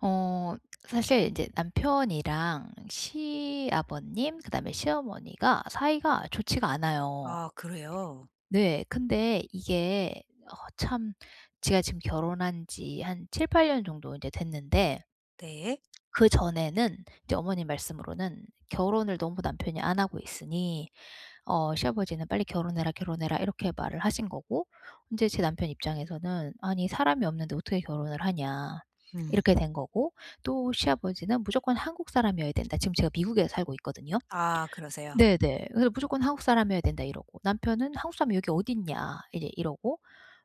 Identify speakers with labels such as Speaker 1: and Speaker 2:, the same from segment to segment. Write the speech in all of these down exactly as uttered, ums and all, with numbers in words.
Speaker 1: 어 사실 이제 남편이랑 시아버님 그다음에 시어머니가 사이가 좋지가 않아요.
Speaker 2: 아 그래요?
Speaker 1: 네. 근데 이게 어 참 제가 지금 결혼한 지 한 칠팔 년 정도 이제 됐는데
Speaker 2: 네.
Speaker 1: 그전에는 이제 어머님 말씀으로는 결혼을 너무 남편이 안 하고 있으니 어 시아버지는 "빨리 결혼해라, 결혼해라." 이렇게 말을 하신 거고 이제 제 남편 입장에서는 '아니 사람이 없는데 어떻게 결혼을 하냐.'
Speaker 2: 음.
Speaker 1: 이렇게 된 거고 또 시아버지는 '무조건 한국 사람이어야 된다.' 지금 제가 미국에 살고 있거든요.
Speaker 2: 아 그러세요.
Speaker 1: 네네. 그래서 "무조건 한국 사람이어야 된다." 이러고 남편은 "한국 사람이 여기 어디 있냐." 이제 이러고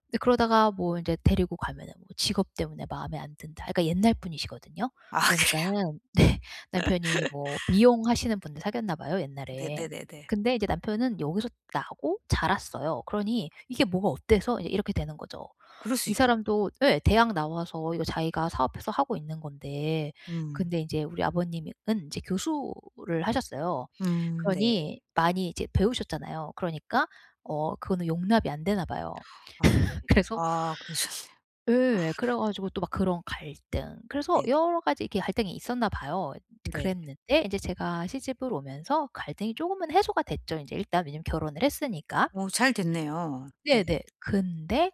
Speaker 1: 근데 그러다가 뭐 인제 데리고 가면은 뭐 직업 때문에 마음에 안 든다. 그러니까 옛날 분이시거든요.
Speaker 2: 아 그래요.
Speaker 1: 그러니까는 네 남편이 뭐 미용하시는 분을 사귀었나 봐요, 옛날에.
Speaker 2: 네네네네.
Speaker 1: 근데 이제 남편은 여기서 나고 자랐어요. 그러니 이게 뭐가 어때서 이제 이렇게 되는 거죠.
Speaker 2: 그럴 수
Speaker 1: 이
Speaker 2: 있죠.
Speaker 1: 사람도 예 대학 나와서 이거 자기가 사업해서 하고 있는 건데
Speaker 2: 음.
Speaker 1: 근데 인제 우리 아버님은 인제 교수를 하셨어요.
Speaker 2: 음 네.
Speaker 1: 그러니 많이 이제 배우셨잖아요. 그러니까 어 그거는 용납이 안 되나 봐요.
Speaker 2: 아.
Speaker 1: 그래서
Speaker 2: 아 그러셨네요.
Speaker 1: 예. 그래 가지고 또 막 그런 갈등 그래서
Speaker 2: 네.
Speaker 1: 여러 가지 이렇게 갈등이 있었나 봐요.
Speaker 2: 네네.
Speaker 1: 그랬는데 인제 제가 시집을 오면서 갈등이 쪼금은 해소가 됐죠 인제 일단 왜냐면 결혼을 했으니까.
Speaker 2: 어 잘 됐네요. 네.
Speaker 1: 네네. 근데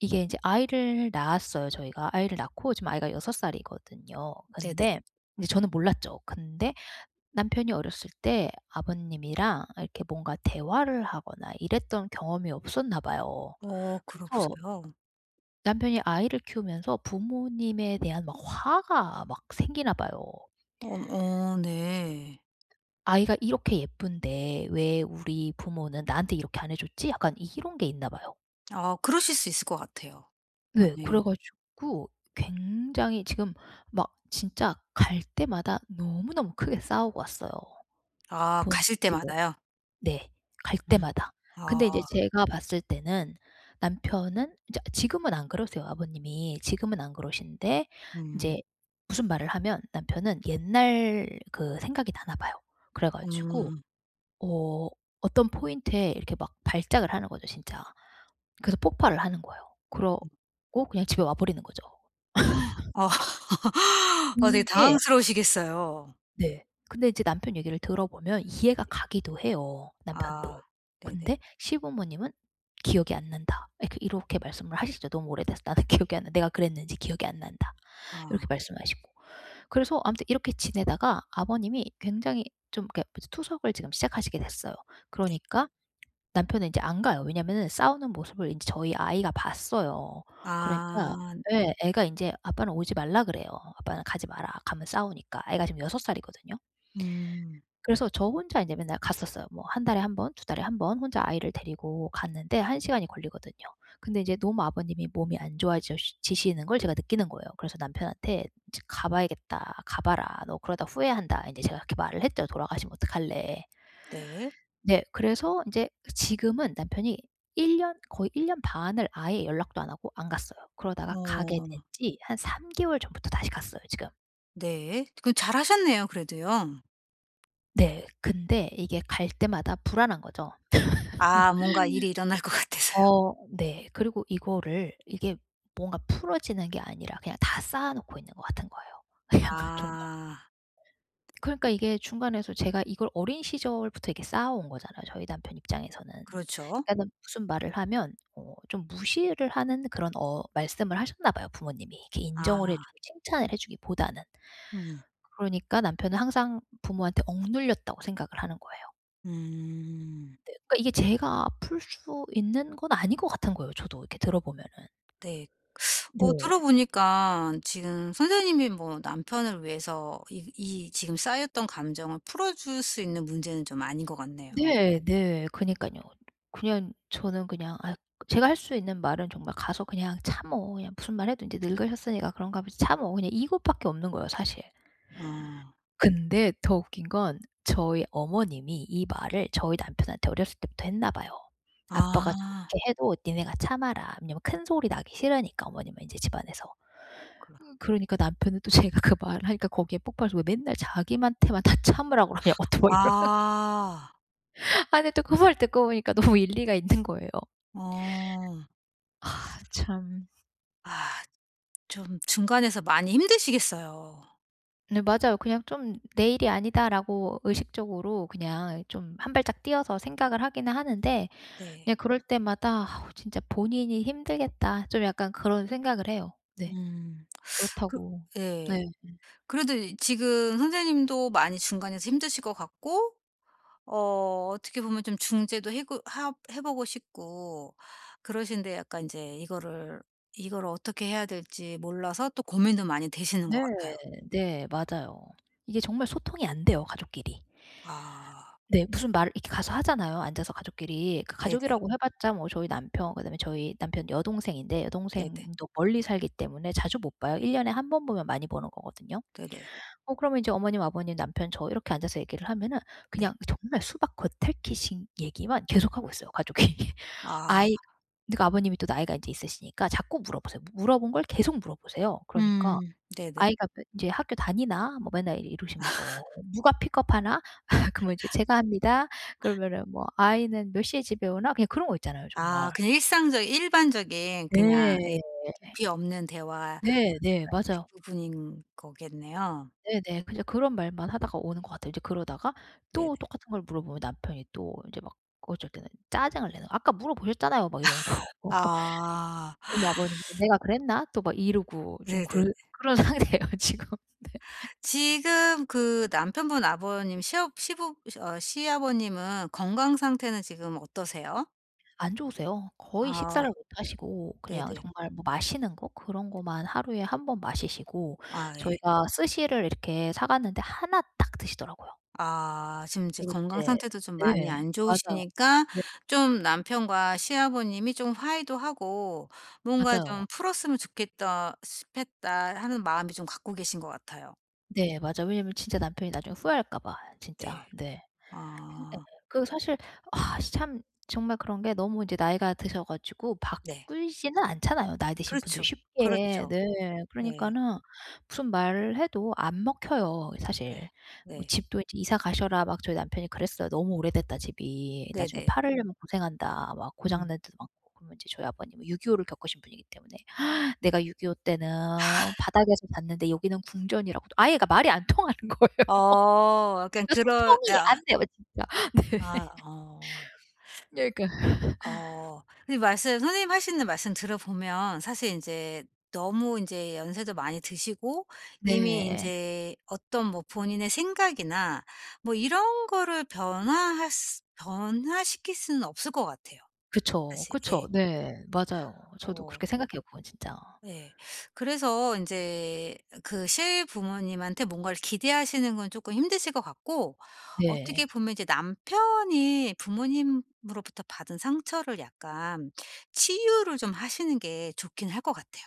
Speaker 1: 이게 인제 아이를 낳았어요 저희가. 아이를 낳고 지금 아이가 여섯 살이거든요.
Speaker 2: 네네.
Speaker 1: 근데 이제 저는 몰랐죠. 근데 남편이 어렸을 때 아버님이랑 이렇게 뭔가 대화를 하거나 이랬던 경험이 없었나 봐요.
Speaker 2: 어 그러세
Speaker 1: 그래서
Speaker 2: 요
Speaker 1: 남편이 아이를 키우면서 부모님에 대한 막 화가 막 생기나 봐요.
Speaker 2: 어 어 네.
Speaker 1: '아이가 이렇게 예쁜데 왜 우리 부모는 나한테 이렇게 안 해 줬지?' 약간 이런 게 있나 봐요.
Speaker 2: 아 그러실 수 있을 것 같아요. 아
Speaker 1: 네.
Speaker 2: 니
Speaker 1: 그래 가지고 굉장히 지금 막 진짜 갈 때마다 너무너무 크게 싸우고 왔어요,
Speaker 2: 아
Speaker 1: 부모님
Speaker 2: 가실
Speaker 1: 집에.
Speaker 2: 때마다요?
Speaker 1: 네. 갈
Speaker 2: 음.
Speaker 1: 때마다.
Speaker 2: 아.
Speaker 1: 근데 이제 제가 봤을 때는 남편은 이제 지금은 안 그러세요, 아버님이. 지금은 안 그러신데
Speaker 2: 음.
Speaker 1: 인제 무슨 말을 하면 남편은 옛날 그 생각이 나나 봐요. 그래 가지고
Speaker 2: 음.
Speaker 1: 어 어떤 포인트에 이렇게 막 발작을 하는 거죠, 진짜. 그래서 폭발을 하는 거예요. 그러고 그냥 집에 와 버리는 거죠.
Speaker 2: 어. 아, 되게
Speaker 1: 이게
Speaker 2: 당황스러우시겠어요.
Speaker 1: 네. 근데 이제 남편 얘기를 들어보면 이해가
Speaker 2: 네.
Speaker 1: 가기도 해요, 남편도.
Speaker 2: 아 네네.
Speaker 1: 근데 시부모님은 "기억이 안 난다." 이렇게 이렇게 말씀을 하시죠. "너무 오래돼서 나는 기억이 안 나. 내가 그랬는지 기억이 안 난다."
Speaker 2: 아.
Speaker 1: 이렇게 말씀하시고. 그래서 아무튼 이렇게 지내다가 아버님이 굉장히 좀 이렇게 이제 투석을 지금 시작하시게 됐어요.
Speaker 2: 네.
Speaker 1: 그러니까 남편은 인제 안 가요. 왜냐면은 싸우는 모습을 인제 저희 아이가 봤어요. 그러니까
Speaker 2: 아.
Speaker 1: 예 애가 인제 "아빠는 오지 말라 그래요. 아빠는 가지 마라. 가면 싸우니까." 애가 지금 여섯 살이거든요.
Speaker 2: 음.
Speaker 1: 그래서 저 혼자 이제 맨날 갔었어요. 뭐 한 달에 한 번, 두 달에 한 번 혼자 아이를 데리고 갔는데 한 시간이 걸리거든요. 근데 이제 너무 아버님이 몸이 안 좋아 지시는 걸 제가 느끼는 거예요. 그래서 남편한테 "이제 가 봐야겠다. 가 봐라. 너 그러다 후회한다." 인제 제가 그렇게 말을 했죠. "돌아가시면 어떡할래."
Speaker 2: 네.
Speaker 1: 네. 그래서 인제 지금은 남편이 일 년 거의 일 년 반을 아예 연락도 안 하고 안 갔어요. 그러다가 가게 된
Speaker 2: 어
Speaker 1: 지 한 삼 개월 전부터 다시 갔어요 지금.
Speaker 2: 네. 그 잘하셨네요 그래도요.
Speaker 1: 네. 근데 이게 갈 때마다 불안한 거죠.
Speaker 2: 아 뭔가 일이 일어날 것 같아서요.
Speaker 1: 어 네. 그리고 이거를 이게 뭔가 풀어지는 게 아니라 그냥 다 쌓아 놓고 있는 것 같은 거예요. 그냥 정말.
Speaker 2: 아.
Speaker 1: 그러니까 이게 중간에서 제가 이걸 어린 시절부터 이렇게 쌓아 온 거잖아요, 저희 남편 입장에서는.
Speaker 2: 그렇죠.
Speaker 1: 그러니까는 무슨 말을 하면 어 좀 무시를 하는 그런 어 말씀을 하셨나 봐요, 부모님이. 이렇게 인정을 해
Speaker 2: 아.
Speaker 1: 주고 칭찬을 해 주기보다는.
Speaker 2: 음.
Speaker 1: 그러니까 남편은 항상 부모한테 억눌렸다고 생각을 하는 거예요.
Speaker 2: 음.
Speaker 1: 그러니까 이게 제가 풀 수 있는 건 아닌 것 같은 거예요, 저도 이렇게 들어 보면은.
Speaker 2: 네. 어 들어
Speaker 1: 네.
Speaker 2: 보니까 지금 선생님이 뭐 남편을 위해서 이 이 지금 쌓였던 감정을 풀어줄 수 있는 문제는 좀 아닌 것 같네요.
Speaker 1: 네. 네. 그니깐요. 그냥 저는 그냥 아 제가 할 수 있는 말은 정말 가서 그냥 "참어." 그냥 무슨 말 해도 인제 늙으셨으니까 그런가 보지 "참어." 그냥 이것밖에 없는 거예요 사실.
Speaker 2: 어.
Speaker 1: 근데 더 웃긴 건 저희 어머님이 이 말을 저희 남편한테 어렸을 때부터 했나 봐요. "아빠가
Speaker 2: 아.
Speaker 1: 저렇게 해도 니네가 참아라." 왜냐면 큰 소리 나기 싫으니까 어머님은 인제 집안에서.
Speaker 2: 그.
Speaker 1: 음 그러니까 남편은 또 제가 그 말을 하니까 거기에 폭발해서 왜 맨날 자기한테만 다 참으라 그러냐고 또 막 이러
Speaker 2: 아.
Speaker 1: 아니 또 그 말 듣고 보니까 너무 일리가 있는 거예요.
Speaker 2: 어.
Speaker 1: 아 참.
Speaker 2: 아. 좀 중간에서 많이 힘드시겠어요.
Speaker 1: 네 맞아요. 그냥 좀 '내 일이 아니다.'라고 의식적으로 그냥 좀 한 발짝 뛰어서 생각을 하기는 하는데
Speaker 2: 네.
Speaker 1: 그냥 그럴 때마다 '아우 진짜 본인이 힘들겠다.' 좀 약간 그런 생각을 해요. 네.
Speaker 2: 음. 그.
Speaker 1: 그렇다고 네.
Speaker 2: 예. 그래도 지금 선생님도 많이 중간에서 힘드실 것 같고, 어, 어떻게 보면 좀 중재도 해고 하 해 보고 싶고, 그러신데 약간 인제 이거를 이걸 어떻게 해야 될지 몰라서 또 고민도 많이 되시는
Speaker 1: 네.
Speaker 2: 것 같아요.
Speaker 1: 네. 맞아요. 이게 정말 소통이 안 돼요, 가족끼리.
Speaker 2: 아.
Speaker 1: 네. 무슨 말을 이렇게 가서 하잖아요, 앉아서 가족끼리. 그
Speaker 2: 네네.
Speaker 1: 가족이라고 해 봤자 뭐 저희 남편 그다음에 저희 남편 여동생인데
Speaker 2: 네네.
Speaker 1: 여동생도 멀리 살기 때문에 자주 못 봐요. 일 년에 한 번 보면 많이 보는 거거든요.
Speaker 2: 네네.
Speaker 1: 어 그러면 이제 어머님, 아버님, 남편, 저 이렇게 앉아서 얘기를 하면은
Speaker 2: 네.
Speaker 1: 그냥 정말 수박 겉핥기식 얘기만 계속하고 있어요, 가족이.
Speaker 2: 아.
Speaker 1: 아이 그러니까 아버님이 또 나이가 인제 있으시니까 자꾸 물어보세요. 물어본 걸 계속 물어보세요. 그러니까
Speaker 2: 음. 네네.
Speaker 1: "아이가 몇 인제 학교 다니나?" 뭐 맨날 이러시면서 "누가 픽업하나?" 그러면 이제 "제가 합니다." 그러면은 뭐 "아이는 몇 시에 집에 오나?" 그냥 그런 거 있잖아요,
Speaker 2: 아
Speaker 1: 정말.
Speaker 2: 그냥 일상적 일반적인 그냥 예,
Speaker 1: 네.
Speaker 2: 깊이 없는 대화
Speaker 1: 네 네. 맞아요.
Speaker 2: 대부분인 거겠네요.
Speaker 1: 네네. 그냥 그런 말만 하다가 오는 것 같아요. 이제 그러다가
Speaker 2: 네네.
Speaker 1: 또 똑같은 걸 물어보면 남편이 또 이제 막 어쩔 때는 짜증을 내는 "아까 물어보셨잖아요." 막 이러면서.
Speaker 2: 아.
Speaker 1: 그럼 아버님 "내가 그랬나?" 또 막 이러고 좀
Speaker 2: 네네.
Speaker 1: 그런 그런 상태예요 지금. 네.
Speaker 2: 지금 그 남편분 아버님 시업 시부 어 시아버님은 건강 상태는 지금 어떠세요?
Speaker 1: 안 좋으세요. 거의
Speaker 2: 아
Speaker 1: 식사를 못 하시고 그냥
Speaker 2: 네네.
Speaker 1: 정말 뭐 마시는 거 그런 거만 하루에 한 번 마시시고
Speaker 2: 아 예.
Speaker 1: 저희가 스시를 이렇게 사 갔는데 하나 딱 드시더라고요.
Speaker 2: 아 지금 이제
Speaker 1: 그리고
Speaker 2: 건강
Speaker 1: 이제
Speaker 2: 상태도 좀 많이
Speaker 1: 네.
Speaker 2: 안
Speaker 1: 맞아요.
Speaker 2: 좋으시니까
Speaker 1: 네.
Speaker 2: 좀 남편과 시아버님이 좀 화해도 하고 뭔가
Speaker 1: 맞아요.
Speaker 2: 좀 풀었으면 좋겠다 싶다 하는 마음이 좀 갖고 계신 것 같아요.
Speaker 1: 네 맞아요. 왜냐면 진짜 남편이 나중에 후회할까 봐 진짜.
Speaker 2: 네.
Speaker 1: 네.
Speaker 2: 아
Speaker 1: 그 사실 아 참 정말 그런 게 너무 이제 나이가 드셔 가지고 바
Speaker 2: 네.
Speaker 1: 꾸지는 않잖아요, 나이 드신 분들이
Speaker 2: 그렇죠.
Speaker 1: 쉽게.
Speaker 2: 그렇죠.
Speaker 1: 네.
Speaker 2: 네.
Speaker 1: 그러니까는 무슨 말을 해도 안 먹혀요,
Speaker 2: 네.
Speaker 1: 사실. 뭐
Speaker 2: 네.
Speaker 1: "집도 이제 이사 가셔라." 막 저희 남편이 그랬어요. "너무 오래됐다 집이. 나중에
Speaker 2: 네네.
Speaker 1: 팔으려면 고생한다." 막 고장
Speaker 2: 음.
Speaker 1: 난 데도 많고. 그러면 이제 저희 아버님은 육이오를 겪으신 분이기 때문에 "내가 육이오 때는 바닥에서 잤는데 여기는 궁전이라고." 아예 그러니까 말이 안 통하는 거예요.
Speaker 2: 어 약간
Speaker 1: 그
Speaker 2: 그런.
Speaker 1: 소통이
Speaker 2: 아.
Speaker 1: 안 돼요 진짜.
Speaker 2: 아. 어.
Speaker 1: 네. 그러니까
Speaker 2: 어. 근데 말씀 선생님 하시는 말씀 들어보면 사실 인제 너무 인제 연세도 많이 드시고 이미
Speaker 1: 네.
Speaker 2: 인제 어떤 뭐 본인의 생각이나 뭐 이런 거를 변화할 수 변화시킬 수는 없을 것 같아요
Speaker 1: 그쵸,
Speaker 2: 사실. 예.
Speaker 1: 그쵸. 네. 맞아요. 저도
Speaker 2: 어.
Speaker 1: 그렇게 생각해요 그건 진짜.
Speaker 2: 네. 그래서 이제 그 실부모님한테 뭔가를 기대하시는 건 조금 힘드실 것 같고, 어떻게
Speaker 1: 네.
Speaker 2: 보면 이제 남편이 부모님으로부터 받은 상처를 약간 치유를 좀 하시는 게 좋긴 할 것 같아요.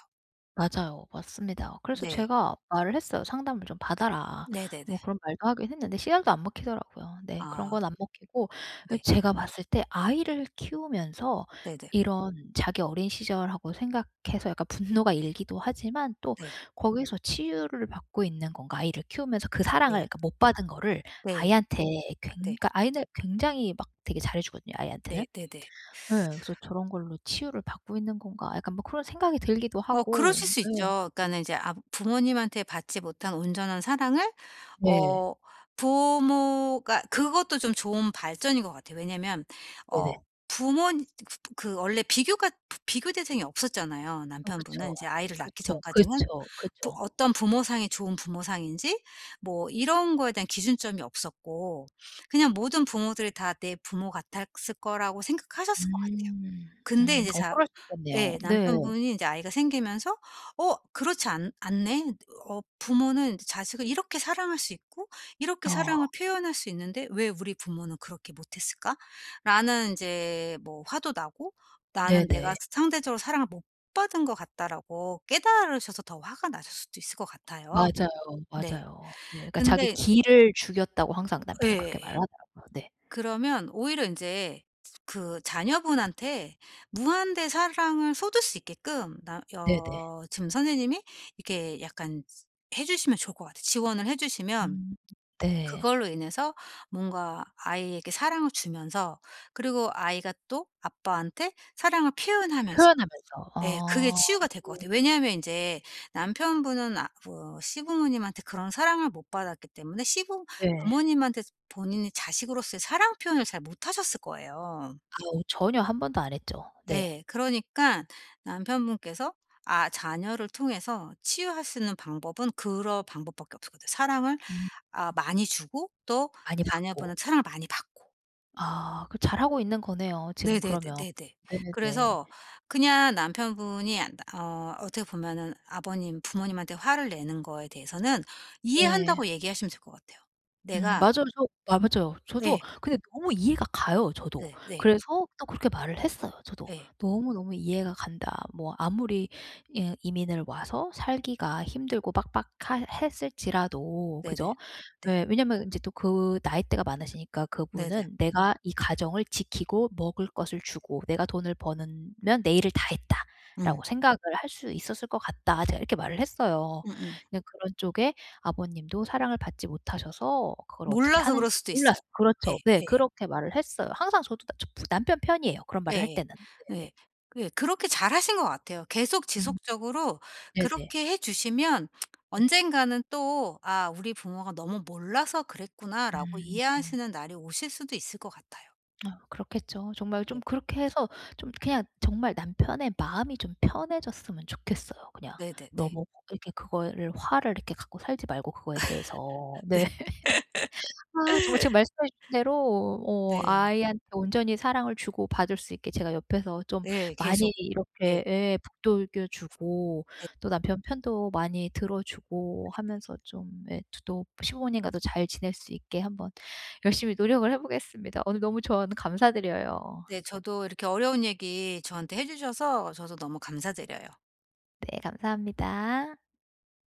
Speaker 1: 맞아요. 맞습니다. 그래서
Speaker 2: 네.
Speaker 1: 제가 말을 했어요. "상담을 좀 받아라."
Speaker 2: 네네네.
Speaker 1: 뭐 그런 말도 하긴 했는데 씨알도 안 먹히더라고요. 네. 그런
Speaker 2: 아
Speaker 1: 건 안 먹히고 예
Speaker 2: 네.
Speaker 1: 제가 봤을 때 아이를 키우면서
Speaker 2: 네네.
Speaker 1: 이런 자기 어린 시절하고 생각해서 약간 분노가 일기도 하지만 또
Speaker 2: 네.
Speaker 1: 거기서 치유를 받고 있는 건가 아이를 키우면서 그
Speaker 2: 네.
Speaker 1: 사랑을 그러니까 못 받은 거를
Speaker 2: 네.
Speaker 1: 아이한테 굉
Speaker 2: 네.
Speaker 1: 그러니까 아이는 굉장히 막 되게 잘해 주거든요 아이한테는.
Speaker 2: 네네네.
Speaker 1: 예. 그래서 '저런 걸로 치유를 받고 있는 건가?' 약간 뭐 그런 생각이 들기도
Speaker 2: 어 그러실
Speaker 1: 하고.
Speaker 2: 수 있죠.
Speaker 1: 네.
Speaker 2: 그러니까는 이제, 아, 부모님한테 받지 못한 온전한 사랑을,
Speaker 1: 네.
Speaker 2: 어, 부모가 그것도 좀 좋은 발전인 것 같아요. 왜냐면 어
Speaker 1: 네네.
Speaker 2: 부모님 그 원래 비교가 비교 대상이 없었잖아요.
Speaker 1: 어
Speaker 2: 남편분은
Speaker 1: 그쵸.
Speaker 2: 인제 아이를 낳기
Speaker 1: 그쵸,
Speaker 2: 전까지는.
Speaker 1: 그쵸,
Speaker 2: 부
Speaker 1: 그쵸.
Speaker 2: 어떤 부모상이 좋은 부모상인지 뭐 이런 거에 대한 기준점이 없었고, 그냥 모든 부모들이 다 내 부모 같았을 거라고 생각하셨을 것 같아요.
Speaker 1: 음.
Speaker 2: 근데
Speaker 1: 음.
Speaker 2: 이제
Speaker 1: 어
Speaker 2: 자
Speaker 1: 그럴 수 있겠네요.
Speaker 2: 예,
Speaker 1: 네.
Speaker 2: 남편분이 이제 아이가 생기면서, '어 그렇지 않 않네. 어 부모는 자식을 이렇게 사랑할 수 있고 이렇게
Speaker 1: 어
Speaker 2: 사랑을 표현할 수 있는데 왜 우리 부모는 그렇게 못했을까?'라는 이제 뭐 화도 나고, '나는 내가
Speaker 1: 네네.
Speaker 2: 상대적으로 사랑을 못 받은 것 같다.'라고 깨달으셔서 더 화가 나실 수도 있을 것 같아요.
Speaker 1: 맞아요,
Speaker 2: 네.
Speaker 1: 맞아요. 네. 그러니까 자기
Speaker 2: 근데.
Speaker 1: 기를 죽였다고 항상
Speaker 2: 예
Speaker 1: 남편은 그렇게 말을
Speaker 2: 예.
Speaker 1: 하더라고요. 네.
Speaker 2: 그러면 오히려 인제 그 자녀분한테 무한대 사랑을 쏟을 수 있게끔, 나,
Speaker 1: 네네.
Speaker 2: 어, 지금 선생님이 이렇게 약간 해 주시면 좋을 것 같아요. 지원을 해 주시면
Speaker 1: 음. 네.
Speaker 2: 그걸로 인해서 뭔가 아이에게 사랑을 주면서, 그리고 아이가 또 아빠한테 사랑을 표현하면서.
Speaker 1: 표현하면서.
Speaker 2: 예. 그게
Speaker 1: 아
Speaker 2: 치유가 될 것
Speaker 1: 네.
Speaker 2: 같아요. 왜냐하면 이제 남편분은, 아 뭐, 시부모님한테 그런 사랑을 못 받았기 때문에 시부
Speaker 1: 네.
Speaker 2: 부모님한테 본인이 자식으로서의 사랑 표현을 잘 못하셨을 거예요.
Speaker 1: 아우 전혀 한 번도 안 했죠. 네.
Speaker 2: 예. 그러니까 남편분께서 아 자녀를 통해서 치유할 수 있는 방법은 그런 방법밖에 없을 거같요. 사랑을
Speaker 1: 음.
Speaker 2: 아 많이 주고 또
Speaker 1: 많이
Speaker 2: 자녀분은
Speaker 1: 받고.
Speaker 2: 사랑을 많이 받고.
Speaker 1: 아 그 잘하고 있는 거네요 지금
Speaker 2: 네네네
Speaker 1: 그러면.
Speaker 2: 네네.
Speaker 1: 네네.
Speaker 2: 그래서 그냥 남편분이 안 어 어떻게 보면은 아버님 부모님한테 화를 내는 거에 대해서는
Speaker 1: 네.
Speaker 2: 이해한다고 얘기하시면 될 것 같아요.
Speaker 1: 음
Speaker 2: 내가.
Speaker 1: 맞아요. 저 아 맞아요. 저도
Speaker 2: 예.
Speaker 1: 근데 너무 이해가 가요, 저도.
Speaker 2: 네 네.
Speaker 1: 그래서 또 그렇게 말을 했어요, 저도.
Speaker 2: 예.
Speaker 1: "너무너무 이해가 간다. 뭐 아무리 예 이민을 와서 살기가 힘들고 빡빡하 했을지라도"
Speaker 2: 네네.
Speaker 1: 그죠?
Speaker 2: 네.
Speaker 1: 예 왜냐면 인제 또 그 나이대가 많으시니까
Speaker 2: 네네.
Speaker 1: 그분은 '내가 이 가정을 지키고 먹을 것을 주고 내가 돈을 버는 면 내 일을 다
Speaker 2: 음.
Speaker 1: 했다.'라고 생각을 할 수 있었을 것 같다. 제가 이렇게 말을 했어요.
Speaker 2: 음음.
Speaker 1: 근데 그런 쪽에 아버님도 사랑을 받지 못하셔서 그걸 어떻게
Speaker 2: 몰라서 그럴
Speaker 1: 하는지
Speaker 2: 수도
Speaker 1: 몰라서
Speaker 2: 있어요. 예
Speaker 1: 그렇죠. 네
Speaker 2: 예.
Speaker 1: 그렇게 말을 했어요. 항상 저도 나 저 남편 편이에요, 그런 말을 할
Speaker 2: 예예.
Speaker 1: 때는. 네네.
Speaker 2: 예. 예 그렇게 잘하신 것 같아요. 계속
Speaker 1: 음
Speaker 2: 지속적으로
Speaker 1: 네네.
Speaker 2: 그렇게 해 주시면
Speaker 1: 네.
Speaker 2: 언젠가는 또 '아 우리 부모가 너무 몰라서 그랬구나.'라고
Speaker 1: 음.
Speaker 2: 이해하시는 날이 오실 수도 있을 것 같아요.
Speaker 1: 아 그렇겠죠. 정말 좀
Speaker 2: 네.
Speaker 1: 그렇게 해서 좀 그냥 정말 남편의 마음이 좀 편해졌으면 좋겠어요. 그냥
Speaker 2: 네네 네.
Speaker 1: 너무 이렇게 그거를 화를 이렇게 갖고 살지 말고 그거에 대해서.
Speaker 2: 네.
Speaker 1: 네.
Speaker 2: 네.
Speaker 1: 아 정말 지금 말씀해 주신 대로 어
Speaker 2: 네
Speaker 1: 아이한테 온전히 사랑을 주고받을 수 있게 제가 옆에서 좀
Speaker 2: 네, 계속.
Speaker 1: 많이
Speaker 2: 예.
Speaker 1: 이렇게 예 북돋워 주고
Speaker 2: 네.
Speaker 1: 또 남편 편도 많이 들어 주고 하면서 좀 예 또 시부모님과도 잘 지낼 수 있게 한번 열심히 노력을 해 보겠습니다. 오늘 너무 조언 감사드려요.
Speaker 2: 네 저도 이렇게 어려운 얘기 저한테 해 주셔서 저도 너무 감사드려요.
Speaker 1: 네 감사합니다.